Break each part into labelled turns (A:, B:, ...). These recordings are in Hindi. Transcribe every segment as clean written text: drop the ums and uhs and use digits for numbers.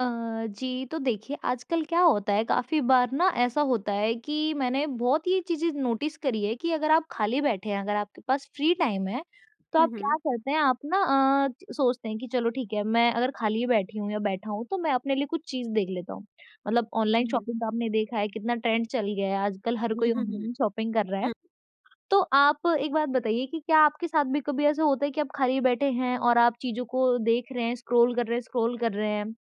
A: अ, जी, तो देखिए आजकल क्या होता है काफ़ी बार ना ऐसा होता है कि मैंने बहुत ये चीज़ें नोटिस करी है कि अगर आप खाली बैठे हैं, अगर आपके पास फ्री टाइम है, तो
B: हुँ,
A: आप क्या
B: हुँ।
A: करते हैं आप ना अ, सोचते हैं कि चलो ठीक है मैं अगर खाली बैठी हूँ या बैठा हूँ तो मैं अपने लिए कुछ चीज़ देख लेता हूँ। मतलब ऑनलाइन
B: हुँ।
A: शॉपिंग का आपने देखा है कितना ट्रेंड चल गया है आजकल हर
B: हुँ,
A: कोई
B: हुँ, हुँ, हुँ।
A: ऑनलाइन शॉपिंग कर रहा है। तो आप एक बात बताइए कि क्या आपके साथ भी कभी ऐसा होता है कि आप खाली बैठे हैं और आप चीज़ों को देख रहे हैं, स्क्रॉल कर रहे हैं स्क्रॉल कर रहे हैं।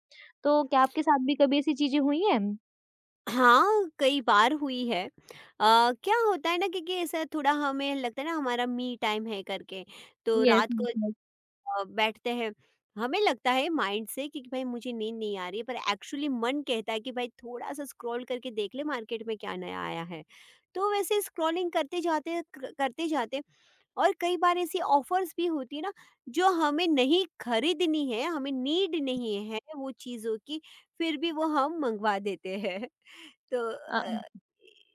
A: तो क्या आपके साथ भी कभी ऐसी चीज़ें हुई हैं?
B: हाँ, कई बार हुई है। क्या होता है ना क्योंकि ऐसा थोड़ा हमें लगता है ना हमारा मी टाइम है करके, तो
A: यस,
B: रात को
A: यस, यस।
B: बैठते हैं। हमें लगता है माइंड से कि भाई मुझे नींद नहीं आ रही है, पर एक्चुअली मन कहता है कि भाई थोड़ा-सा स्क्रॉल करके देख ले मार्केट में क्या नया आया है। तो वैसे स्क्रॉलिंग करते जाते क करते जाते, और कई बार ऐसी ऑफ़र्स भी होती है ना जो हमें नहीं खरीदनी है, हमें नीड नहीं है वो चीज़ों की, फिर भी वो हम मँगवा देते हैं। तो
A: अ,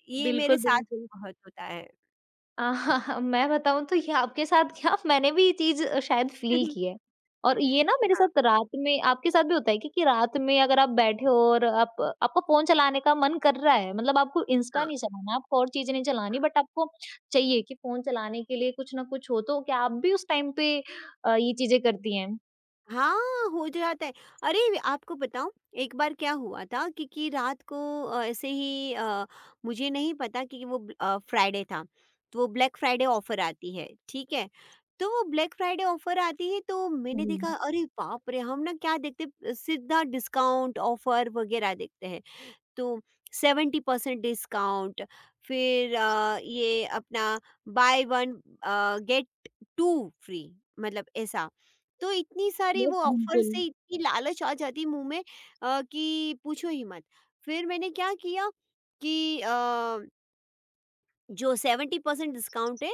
B: ये मेरे
A: बिल्कुल,
B: साथ
A: बिल्कुल।
B: बहुत होता है।
A: मैं बताऊँ तो ये आपके साथ क्या मैंने भी ये चीज़ शायद फ़ील की है और ये ना मेरे
B: हाँ, हाँ,
A: साथ रात में आपके साथ भी होता है कि रात में अगर आप बैठे हो और आप आपका फ़ोन चलाने का मन कर रहा है, मतलब आपको इंस्टा
B: हाँ।
A: नहीं चलाना, आपको और चीज़ें नहीं चलानी बट आपको चाहिए कि फ़ोन चलाने के लिए कुछ ना कुछ हो, तो क्या आप भी उस टाइम पे ये चीज़ें करती हैं?
B: हाँ, हो जाता है। अरे! आपको बताऊँ, एक बार क्या हुआ था कि रात को ऐसे ही, मुझे नहीं पता कि वो फ्राइडे था, तो वो ब्लैक फ्राइडे ऑफ़र आती है, ठीक है? तो वो ब्लैक फ्राइडे ऑफ़र आती है, तो मैंने देखा,
A: हुँ।
B: अरे बाप रे! हम ना क्या देखते, सीधा डिस्काउंट ऑफ़र वगैरह देखते हैं। तो 70% डिस्काउंट, फिर ये अपना buy one get two free, मतलब ऐसा। तो इतनी सारी
A: यस,
B: वो ऑफर
A: बिल्कुल।
B: से इतनी लालच आ जाती मुंह में, कि पूछो ही मत। फिर मैंने क्या किया कि जो 70% डिस्काउंट है,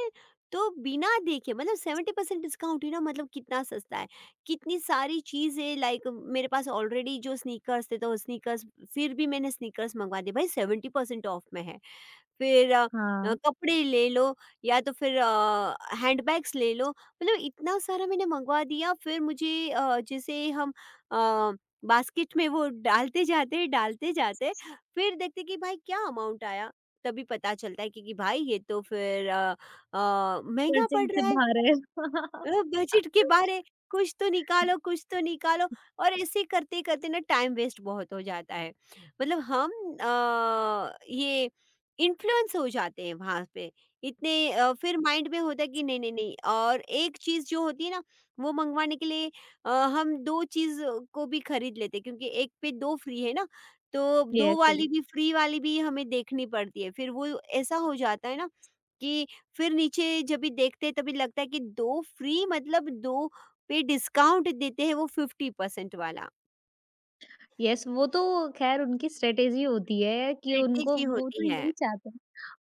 B: तो बिना देखे, मतलब 70% डिस्काउंट ही ना, मतलब कितना सस्ता है, कितनी सारी चीज़ें। लाइक मेरे पास ऑलरेडी जो स्नीकर्स थे, तो स्नीकर्स फिर भी मैंने स्नीकर्स मंगवा दिए, भाई 70% ऑफ में है। फिर
A: हाँ। हाँ,
B: कपड़े ले लो, या तो फिर हैंडबैग्स ले लो। मतलब इतना सारा मैंने मँगवा दिया। फिर मुझे जैसे हम अ, बास्केट में वो डालते जाते हैं, फिर देखते हैं कि भाई क्या अमाउंट आया? तभी पता चलता है कि भाई ये तो फिर महँगा पड़
A: परिचय से
B: रहा है।
A: बाहर है।
B: मतलब बजट के बारे, कुछ तो निकालो, कुछ तो निकालो। और ऐसे करते-करते ना टाइम वेस्ट बहुत हो जाता है। मतलब हम ये इन्फ्लुएंस हो जाते हैं वहाँ पे। इतने फिर माइंड में होता है कि नहीं, नहीं, नहीं। और एक चीज़ जो होती है ना, वो मँगवाने के लिए अ, हम 2 चीज़ को भी खरीद लेते हैं, क्योंकि एक पे 2 फ्री है ना, तो 2
A: यस,
B: वाली
A: यस।
B: भी, फ्री वाली भी हमें देखनी पड़ती है। फिर वो ऐसा हो जाता है ना कि फिर नीचे जब भी देखते हैं, तभी लगता है कि 2 फ्री, मतलब 2 पे डिस्काउंट देते हैं वो 50% वाला,
A: यस, वो तो ख़ैर उनकी स्ट्रैटेजी होती है कि उनको
B: स्ट्रैटेजी
A: वो तो
B: होती है।
A: यही चाहते हैं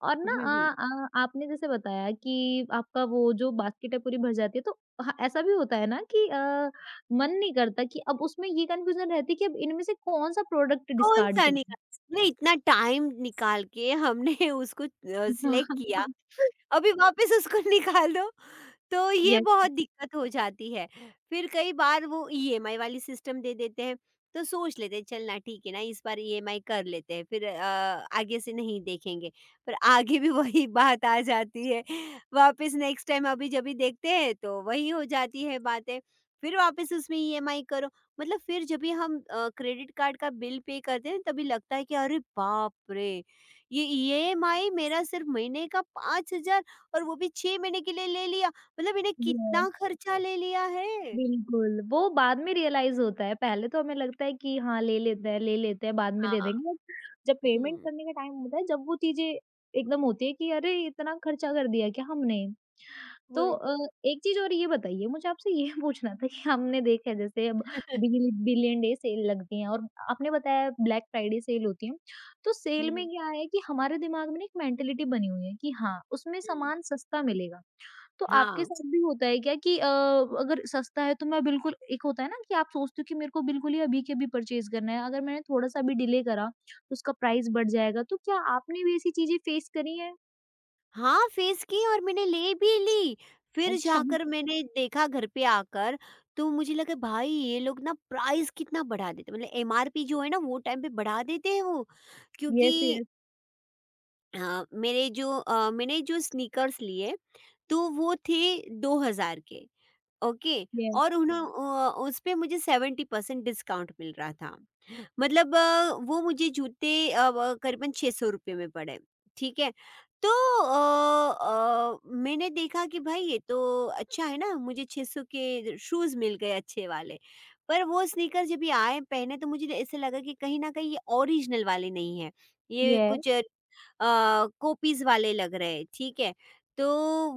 A: और ना
B: हुँ, हुँ।
A: अ आपने जैसे बताया कि आपका वो जो बास्केट है पूरी भर जाती है तो ह ऐसा भी होता है ना कि मन नहीं करता कि अब उसमें ये कन्फ्यूज़न रहती है कि अब इनमें से कौन-सा प्रोडक्ट डिस्कार्ड
B: कौन-सा
A: करें?
B: निकाल, अरे! इतना टाइम निकाल के हमने उसको सिलेक्ट किया, अभी वापस उसको निकाल दो। तो ये
A: यस,
B: बहुत दिक्कत हो जाती है। फिर कई बार वो ईएमआई वाली सिस्टम दे देते हैं, तो सोच लेते हैं, चल ना ठीक है ना, इस बार ईएमआई कर लेते हैं, फिर आगे से नहीं देखेंगे। पर आगे भी वही बात आ जाती है, वापस नेक्स्ट टाइम, अभी जब भी देखते हैं तो वही हो जाती है बातें। फिर वापस उसमें ईएमआई करो, मतलब फिर जब भी हम क्रेडिट कार्ड का बिल पे करते हैं, तभी लगता है कि अरे बाप रे! ये ईएमआई मेरा सिर्फ महीने का 5,000, और वो भी 6 महीने के लिए ले लिया। मतलब इन्हें
A: यस।
B: कितना खर्चा ले लिया है।
A: बिल्कुल, वो बाद में रियलाइज़ होता है, पहले तो हमें लगता है कि हाँ, ले लेते हैं, बाद में दे
B: हाँ।
A: देंगे बट जब पेमेंट
B: हुँ,
A: करने का टाइम होता है, जब वो चीज़ें एकदम होती है कि अरे! इतना खर्चा कर दिया क्या हमने? तो
B: वही।
A: एक चीज़ और ये बताइए मुझे आपसे ये पूछना था कि हमने देखा है जैसे अब बिलियन डे सेल लगती है और आपने बताया ब्लैक फ्राइडे सेल होती है। तो
B: हुँ,
A: सेल में
B: हुँ।
A: क्या है कि हमारे दिमाग में ना एक मेंटालिटी बनी हुई है कि हाँ, उसमें
B: हुँ,
A: सामान सस्ता मिलेगा। तो आपके
B: हाँ।
A: साथ भी होता है क्या कि अगर सस्ता है तो मैं बिल्कुल एक होता है ना कि आप सोचते हो कि मेरे को बिल्कुल ही अभी के अभी परचेज़ करना है, अगर मैंने थोड़ा-सा भी डिले करा, तो उसका प्राइस बढ़ जाएगा, तो क्या आपने भी ऐसी चीज़ें फ़ेस करी हैं?
B: हाँ, फेस की, और मैंने ले भी ली। फिर
A: अच्छा।
B: जाकर मैंने देखा घर पे आकर, तो मुझे लगा भाई ये लोग ना प्राइस कितना बढ़ा देते हैं, मतलब एमआरपी जो है ना वो टाइम पे बढ़ा देते हैं वो। क्योंकि
A: यस, यस,
B: मैंने जो स्नीकर्स लिए, तो वो थे 2000 के, ओके।
A: यस,
B: और उस पे मुझे 70% डिस्काउंट मिल रहा था। मतलब वो मुझे जूते अ, व करीबन ₹600 में पड़े, ठीक है। तो अ अ, मैंने देखा कि भाई ये तो अच्छा है ना, मुझे 600 के शूज़ मिल गए अच्छे वाले। पर वो स्नीकर जब ये आए पहने, तो मुझे ऐसा लगा कि कहीं न कहीं ये ओरिजिनल वाले नहीं हैं, ये
A: यस।
B: कुछ कॉपीज़ वाले लग रहे हैं, ठीक है। तो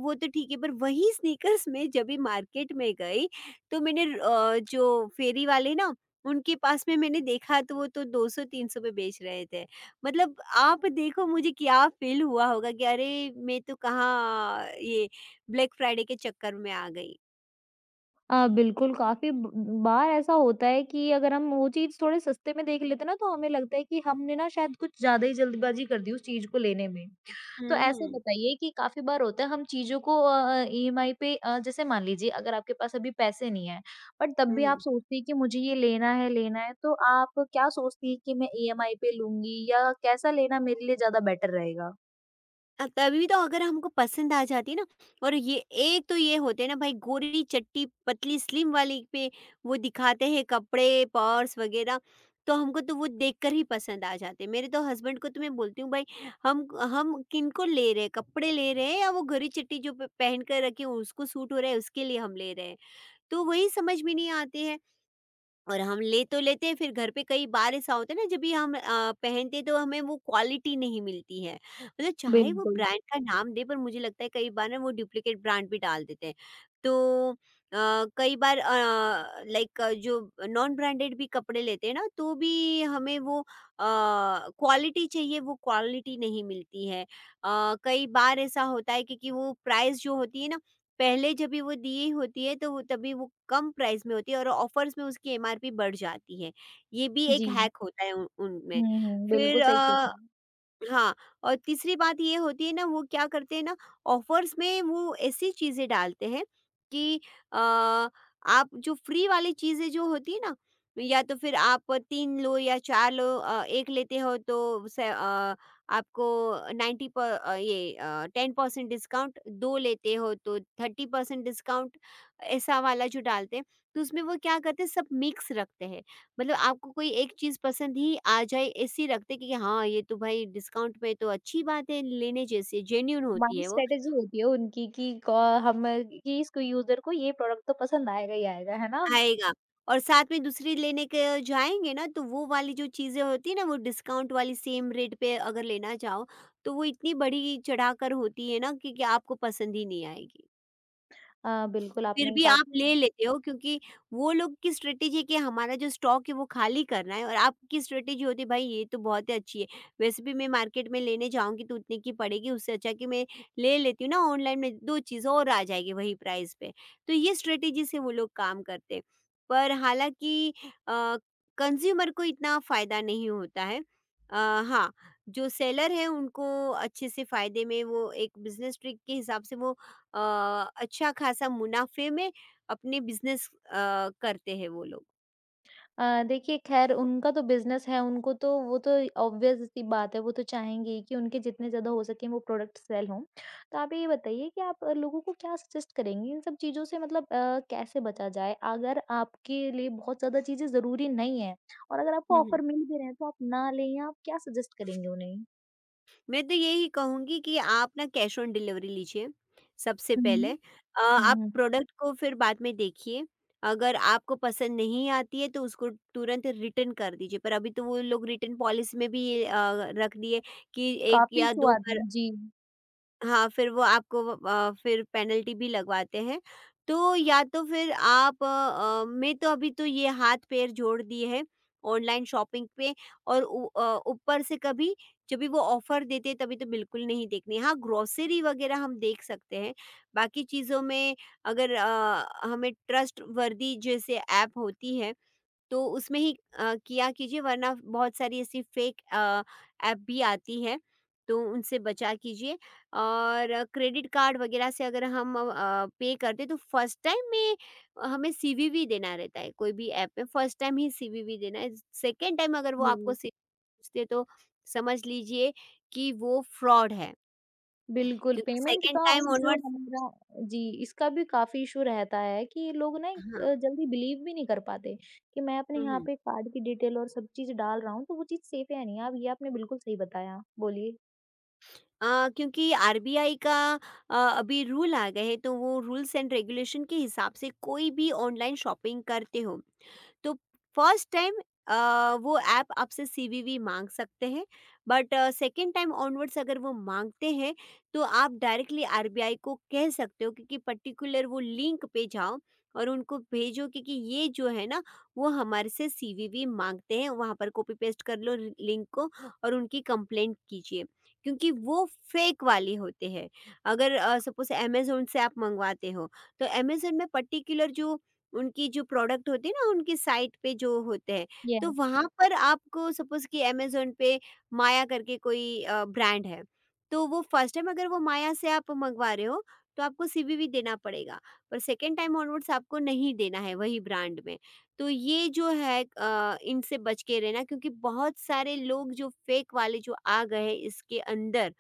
B: वो तो ठीक है, पर वही स्नीकर्स में जब भी मार्केट में गई, तो मैंने जो फेरी वाले ना, उनके पास में मैंने देखा तो वो तो 200-300 में बेच रहे थे। मतलब आप देखो मुझे क्या फ़ील हुआ होगा कि अरे! मैं तो कहाँ ये ब्लैक फ्राइडे के चक्कर में आ गई।
A: बिल्कुल काफ़ी ब बार ऐसा होता है कि अगर हम वो चीज़ थोड़े सस्ते में देख लेते हैं ना, तो हमें लगता है कि हमने ना शायद कुछ ज़्यादा ही जल्दबाज़ी कर दी उस चीज़ को लेने में। तो ऐसे
B: हुँ।
A: बताइए कि काफ़ी बार होता है हम चीज़ों को ईएमआई पे जैसे मान लीजिए अगर आपके पास अभी पैसे नहीं हैं, बट तब
B: हुँ,
A: भी आप
B: हुँ।
A: सोचती हैं कि मुझे ये लेना है, तो आप क्या सोचती हैं कि मैं ईएमआई पे लूँगी या कैसा लेना मेरे लिए ज़्यादा बेटर रहेगा?
B: तभी तो अगर हमको पसंद आ जाती है ना, और ये, एक तो ये होते हैं ना भाई गोरी चट्टी पतली स्लिम वाली पे वो दिखाते हैं कपड़े पर्स वगैरह, तो हमको तो वो देखकर ही पसंद आ जाते हैं। मेरे तो हस्बैंड को तो मैं बोलती हूँ, भाई हम किनको ले रहे हैं, कपड़े ले रहे हैं, या वो गोरी चट्टी जो पहन कर रखी है उसको सूट हो रहा है, उसके लिए हम ले रहे हैं, तो वही समझ में नहीं आती है। और हम ले तो लेते हैं, फिर घर पे कई बार ऐसा होता है ना, जब भी हम पहनते तो हमें वो क्वालिटी नहीं मिलती है। मतलब चाहे वो
A: बिल्कुल,
B: ब्रांड का नाम दे, पर मुझे लगता है कई बार ना वो डुप्लीकेट ब्रांड भी डाल देते हैं। तो कई बार लाइक, जो नॉन ब्रांडेड भी कपड़े लेते हैं ना, तो भी हमें वो क्वालिटी चाहिए, वो क्वालिटी नहीं मिलती है। कई बार ऐसा होता है कि वो प्राइस जो होती है ना, पहले जब भी वो दी होती है तो वो, तभी वो कम प्राइस में होती है, और ऑफर्स में उसकी एमआरपी बढ़ जाती है। ये भी एक
A: जी।
B: हैक होता है उन उनमें।
A: हुँ, हुँ,
B: फिर
A: बिल्कुल सही कह रही हैं।
B: हाँ, और तीसरी बात ये होती है ना, वो क्या करते हैं ना, ऑफ़र्स में वो ऐसी चीज़ें डालते हैं कि अ, आप जो फ्री वाली चीज़ें जो होती है ना, या तो फिर आप 3 लो या 4 लो, 1 लेते हो तो आपको 90 ये 10% डिस्काउंट, 2 लेते हो तो 30% डिस्काउंट, ऐसा वाला जो डालते हैं, तो उसमें वो क्या करते हैं, सब मिक्स रखते हैं। मतलब आपको कोई एक चीज़ पसंद ही आ जाए ऐसी रखते, कि हाँ, ये तो भाई डिस्काउंट में तो अच्छी बात है, लेने जैसी जेन्युइन होती
A: माइंड
B: है वो,
A: स्ट्रैटेजी होती है उनकी कि क हम कि इसको यूज़र को ये प्रोडक्ट तो पसंद आएगा ही आएगा, है ना?
B: आएगा। और साथ में दूसरी लेने के जाएँगे ना, तो वो वाली जो चीज़ें होती है ना, वो डिस्काउंट वाली सेम रेट पे अगर लेना जाओ, तो वो इतनी बढ़ी चढ़ाकर होती है ना कि आपको पसंद ही नहीं आएगी।
A: बिल्कुल
B: फिर
A: आपने
B: भी आप
A: काफ़ी।
B: ले लेते हो, क्योंकि वो लोग की स्ट्रेटेजी है कि हमारा जो स्टॉक है वो खाली करना है, और आपकी स्ट्रेटेजी होती है, भाई ये तो बहुत ही अच्छी है, वैसे भी मैं मार्केट में लेने जाऊंगी तो उतने की पड़ेगी, उससे अच्छा कि मैं ले लेती हूँ ना ऑनलाइन में, दो चीज़ और आ जाएगी वही प्राइस पे। तो ये स्ट्रेटेजी से वो लोग काम करते हैं। पर हालांकि कंज्यूमर को इतना फ़ायदा नहीं होता है, अ, हाँ, जो सेलर है उनको अच्छे से फ़ायदे में, वो एक बिजनेस ट्रिक के हिसाब से वो अ, अच्छा खासा मुनाफे में अपने बिजनेस करते हैं वो लोग।
A: देखिए ख़ैर उनका तो बिज़नेस है, उनको तो वो तो ऑब्वियस सी बात है, वो तो चाहेंगे ही कि उनके जितने ज़्यादा हो सकें वो प्रोडक्ट सेल हों। तो आप ये बताइए कि आप लोगों को क्या सजेस्ट करेंगी इन सब चीज़ों से मतलब कैसे बचा जाए? अगर आपके लिए बहुत ज़्यादा चीज़ें ज़रूरी नहीं हैं और अगर
B: हुँ,
A: आपको
B: हुँ।
A: ऑफ़र मिल भी रहे हैं तो आप ना लें या आप क्या सजेस्ट करेंगे उन्हें?
B: मैं तो यही कहूँगी कि आप ना कैश ऑन डिलीवरी लीजिए, सबसे
A: हुँ,
B: पहले।
A: हुँ। हुँ,
B: आप
A: हुँ।
B: प्रोडक्ट को फिर बाद में देखिए, अगर आपको पसंद नहीं आती है तो उसको तुरंत रिटर्न कर दीजिए, पर अभी तो वो लोग रिटर्न पॉलिसी में भी ये रख दिए कि 1
A: काफ़ी
B: या 2
A: स्वाद
B: बार।
A: जी,
B: हाँ, फिर वो आपको फिर पेनल्टी भी लगवाते हैं। तो या तो फिर आप मैं तो अभी तो ये हाथ-पैर जोड़ दिए हैं ऑनलाइन शॉपिंग पे, और ऊपर से कभी जब भी वो ऑफ़र देते हैं तभी तो बिल्कुल नहीं देखनी है। हाँ, ग्रोसरी वग़ैरह हम देख सकते हैं। बाकी चीज़ों में अगर हमें ट्रस्ट वर्दी जैसे ऐप होती है, तो उसमें ही किया कीजिए, वरना बहुत सारी ऐसी फेक ऐप भी आती है, तो उनसे बचा कीजिए। और क्रेडिट कार्ड वगैरह से अगर हम पे करते हैं, तो फर्स्ट टाइम में हमें सीवीवी देना रहता है, कोई भी ऐप में फर्स्ट टाइम ही सीवीवी देना है। सेकंड टाइम अगर वो आपको
A: जी।
B: सी पूछते तो समझ लीजिए कि वो फ्रॉड है,
A: बिल्कुल,
B: क्योंकि
A: पेमेंट
B: सेकंड
A: का
B: टाइम
A: और जो
B: ऑनवर्ड्स।
A: हमारा जी, इसका भी काफ़ी इश्यू रहता है कि ये लोग ना
B: हाँ।
A: जल्दी बिलीव भी नहीं कर पाते कि मैं अपने
B: हुँ,
A: यहाँ
B: हुँ।
A: पे कार्ड की डिटेल और सब चीज़ डाल रहा हूँ, तो वो चीज़ सेफ है नहीं। आप ये आपने बिल्कुल सही बताया, बोलिए।
B: क्योंकि आरबीआई का अभी रूल आ गए हैं, तो वो रूल्स एंड रेगुलेशन के हिसाब से कोई भी ऑनलाइन शॉपिंग करते हो, तो फर्स्ट टाइम अ, वो ऐप आपसे सीवीवी मांग सकते हैं, बट सेकंड टाइम ऑनवर्ड्स अगर वो मांगते हैं, तो आप डायरेक्टली आरबीआई को कह सकते हो। क्योंकि पर्टिकुलर वो लिंक पे जाओ और उनको भेजो, क्योंकि ये जो है ना, वो हमारे से सीवीवी मांगते हैं वहाँ पर, कॉपी पेस्ट कर लो लिंक को, और उनकी कंप्लेंट कीजिए, क्योंकि वो फेक वाली होते हैं। अगर सपोज अमेजोन से आप मंगवाते हो, तो अमेजोन में पर्टिकुलर जो, उनकी जो प्रोडक्ट होती है ना, उनकी साइट पे जो होते हैं, तो
A: येस,
B: वहाँ पर आपको सपोज़ कि अमेज़न पे माया करके कोई ब्रांड है, तो वो फर्स्ट टाइम अगर वो माया से आप मँगवा रहे हो, तो आपको सीवीवी देना पड़ेगा, पर सेकंड टाइम ऑनवर्ड्स आपको नहीं देना है वही ब्रांड में। तो ये जो है इनसे बच के रहना, क्योंकि बहुत सारे लोग जो फेक वाले जो आ गए हैं इसके अंदर,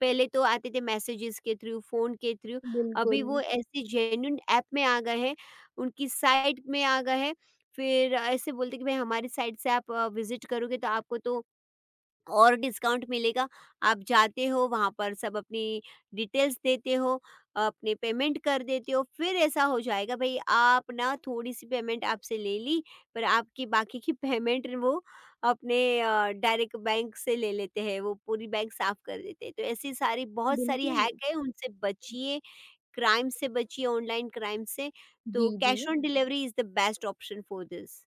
B: पहले तो आते थे मैसेजेस के थ्रू, फ़ोन के थ्रू, अभी
A: बिल्कुल,
B: वो हुँ। ऐसे जेन्युइन ऐप में आ गए हैं, उनकी साइट में आ गए हैं, फिर ऐसे बोलते हैं कि भाई हमारी साइट से आप विज़िट करोगे तो आपको तो और डिस्काउंट मिलेगा। आप जाते हो वहाँ पर, सब अपनी डिटेल्स देते हो, अपने पेमेंट कर देते हो, फिर ऐसा हो जाएगा, भई आप ना थोड़ी-सी पेमेंट आपसे ले ली, पर आपकी बाकी की पेमेंट वो अपने डायरेक्ट बैंक से ले लेते हैं, वो पूरी बैंक साफ़ कर देते हैं। तो ऐसी सारी बहुत सारी
A: बिल्कुल।
B: हैक है, उनसे बचिए, क्राइम से बचिए, ऑनलाइन क्राइम से। तो
A: जी, जी।
B: Cash on delivery is the best option for this.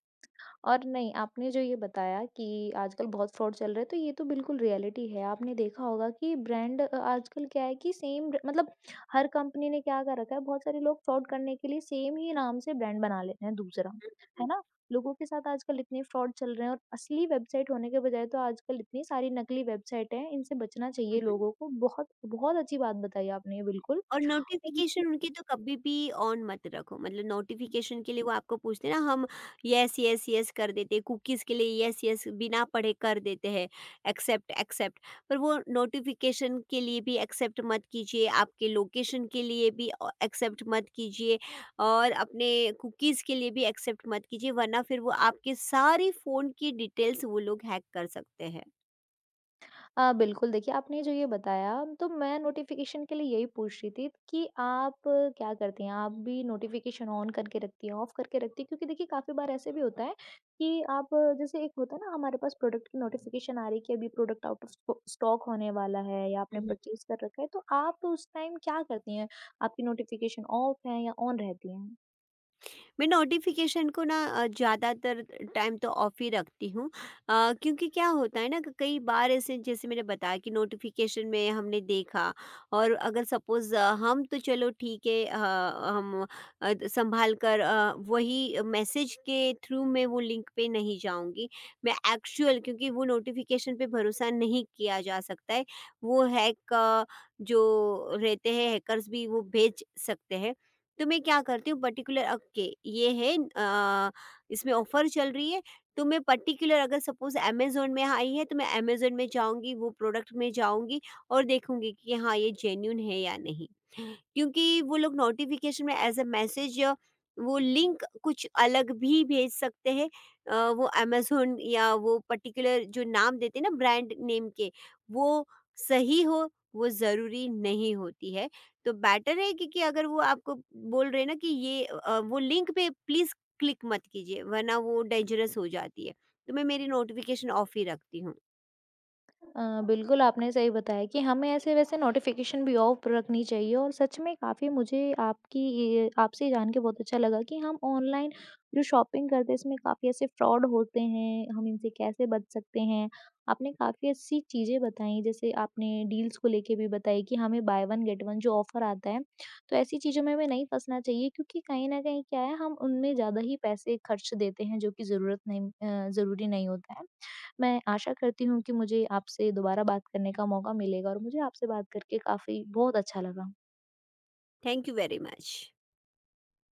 A: और नहीं, आपने जो ये बताया कि आजकल बहुत फ्रॉड चल रहे हैं, तो ये तो बिल्कुल रियलिटी है। आपने देखा होगा कि ब्रांड आजकल क्या है कि सेम ब्र मतलब हर कंपनी ने क्या कर रखा है, बहुत सारे लोग फ्रॉड करने के लिए सेम ही नाम से ब्रांड बना लेते हैं दूसरा,
B: हुँ, हुँ, हुँ।
A: है ना? लोगों के साथ आजकल इतने फ्रॉड चल रहे हैं और असली वेबसाइट होने के बजाय तो आजकल इतनी सारी नकली वेबसाइट हैं, इनसे बचना
B: हुँ,
A: चाहिए
B: हुँ।
A: लोगों को। बहुत बहुत अच्छी बात बताई आपने ये बिल्कुल।
B: और नोटिफिकेशन उनके तो कभी भी ऑन मत रखो, मतलब नोटिफिकेशन के लिए वो आपको पूछते हैं ना, हम यस यस यस कर देते हैं, कुकीज़ के लिए यस यस बिना पढ़े कर देते हैं, एक्सेप्ट एक्सेप्ट। पर वो नोटिफिकेशन के लिए भी एक्सेप्ट मत कीजिए, आपके लोकेशन के लिए भी एक्सेप्ट मत कीजिए, और अपने कुकीज़ के लिए भी एक्सेप्ट मत कीजिए, वरना फिर वो आपके सारी फ़ोन की डिटेल्स वो लोग हैक कर सकते हैं।
A: बिल्कुल, देखिए आपने जो ये बताया तो मैं नोटिफ़िकेशन के लिए यही पूछ रही थी कि आप क्या करती हैं? आप भी नोटिफ़िकेशन ऑन करके रखती हैं, ऑफ करके रखती हैं? क्योंकि देखिए काफ़ी बार ऐसे भी होता है कि आप जैसे एक होता है ना हमारे पास प्रोडक्ट की नोटिफ़िकेशन आ रही है कि अभी product out of sto stock होने वाला है या आपने परचेज़ कर रखा है, तो आप उस टाइम क्या करती हैं? आपकी नोटिफ़िकेशन ऑफ है या ऑन रहती हैं?
B: मैं नोटिफिकेशन को ना ज़्यादातर टाइम तो ऑफ ही रखती हूँ, क्योंकि क्या होता है ना, कई बार ऐसे, जैसे मैंने बताया कि नोटिफिकेशन में हमने देखा, और अगर सपोज़ हम तो चलो ठीक है, हम संभाल कर, वही मैसेज के थ्रू मैं वो लिंक पे नहीं जाऊंगी, मैं एक्चुअल, क्योंकि वो नोटिफिकेशन पे भरोसा नहीं किया जा सकता है। वो हैक जो रहते हैं, हैकर्स भी वो भेज सकते हैं। तो मैं क्या करती हूँ पर्टिकुलर, ओके ये है, इसमें ऑफर चल रही है, तो मैं पर्टिकुलर, अगर सपोज अमेजोन में आई है तो मैं अमेजोन में जाऊँगी, वो प्रोडक्ट में जाऊँगी और देखूँगी कि हाँ ये जेन्यून है या नहीं। क्योंकि वो लोग नोटिफ़िकेशन में एज़ अ मैसेज या वो लिंक कुछ अलग भी भेज सकते हैं। वो अमेज़न या वो पर्टिकुलर जो नाम देते हैं ना ब्रांड नेम के, वो सही हो, वो ज़रूरी नहीं होती है। तो बेटर है कि अगर वो आपको बोल रहे हैं ना कि ये वो लिंक पे प्लीज़ क्लिक मत कीजिए, वरना वो डेंजरस हो जाती है। तो मैं मेरी नोटिफ़िकेशन ऑफ ही रखती हूँ।
A: बिल्कुल आपने सही बताया कि हमें ऐसे वैसे नोटिफ़िकेशन भी ऑफ रखनी चाहिए और सच में काफ़ी मुझे आपकी ये आपसे जान के बहुत अच्छा लगा कि हम ऑनलाइन जो शॉपिंग करते हैं इसमें काफ़ी ऐसे फ्रॉड होते हैं, हम इनसे कैसे बच सकते हैं। आपने काफ़ी अच्छी चीज़ें बताई जैसे आपने डील्स को लेके भी बताई कि हमें बाय 1 गेट 1 जो ऑफ़र आता है, तो ऐसी चीज़ों में हमें नहीं फँसना चाहिए क्योंकि कहीं न कहीं क्या है हम उनमें ज़्यादा ही पैसे खर्च देते हैं जो कि ज़रूरत नहीं ज़रूरी नहीं होता है। मैं आशा करती हूँ कि मुझे आपसे दोबारा बात करने का मौका मिलेगा और मुझे आपसे बात करके काफ़ी बहुत अच्छा लगा।
B: Thank you very much.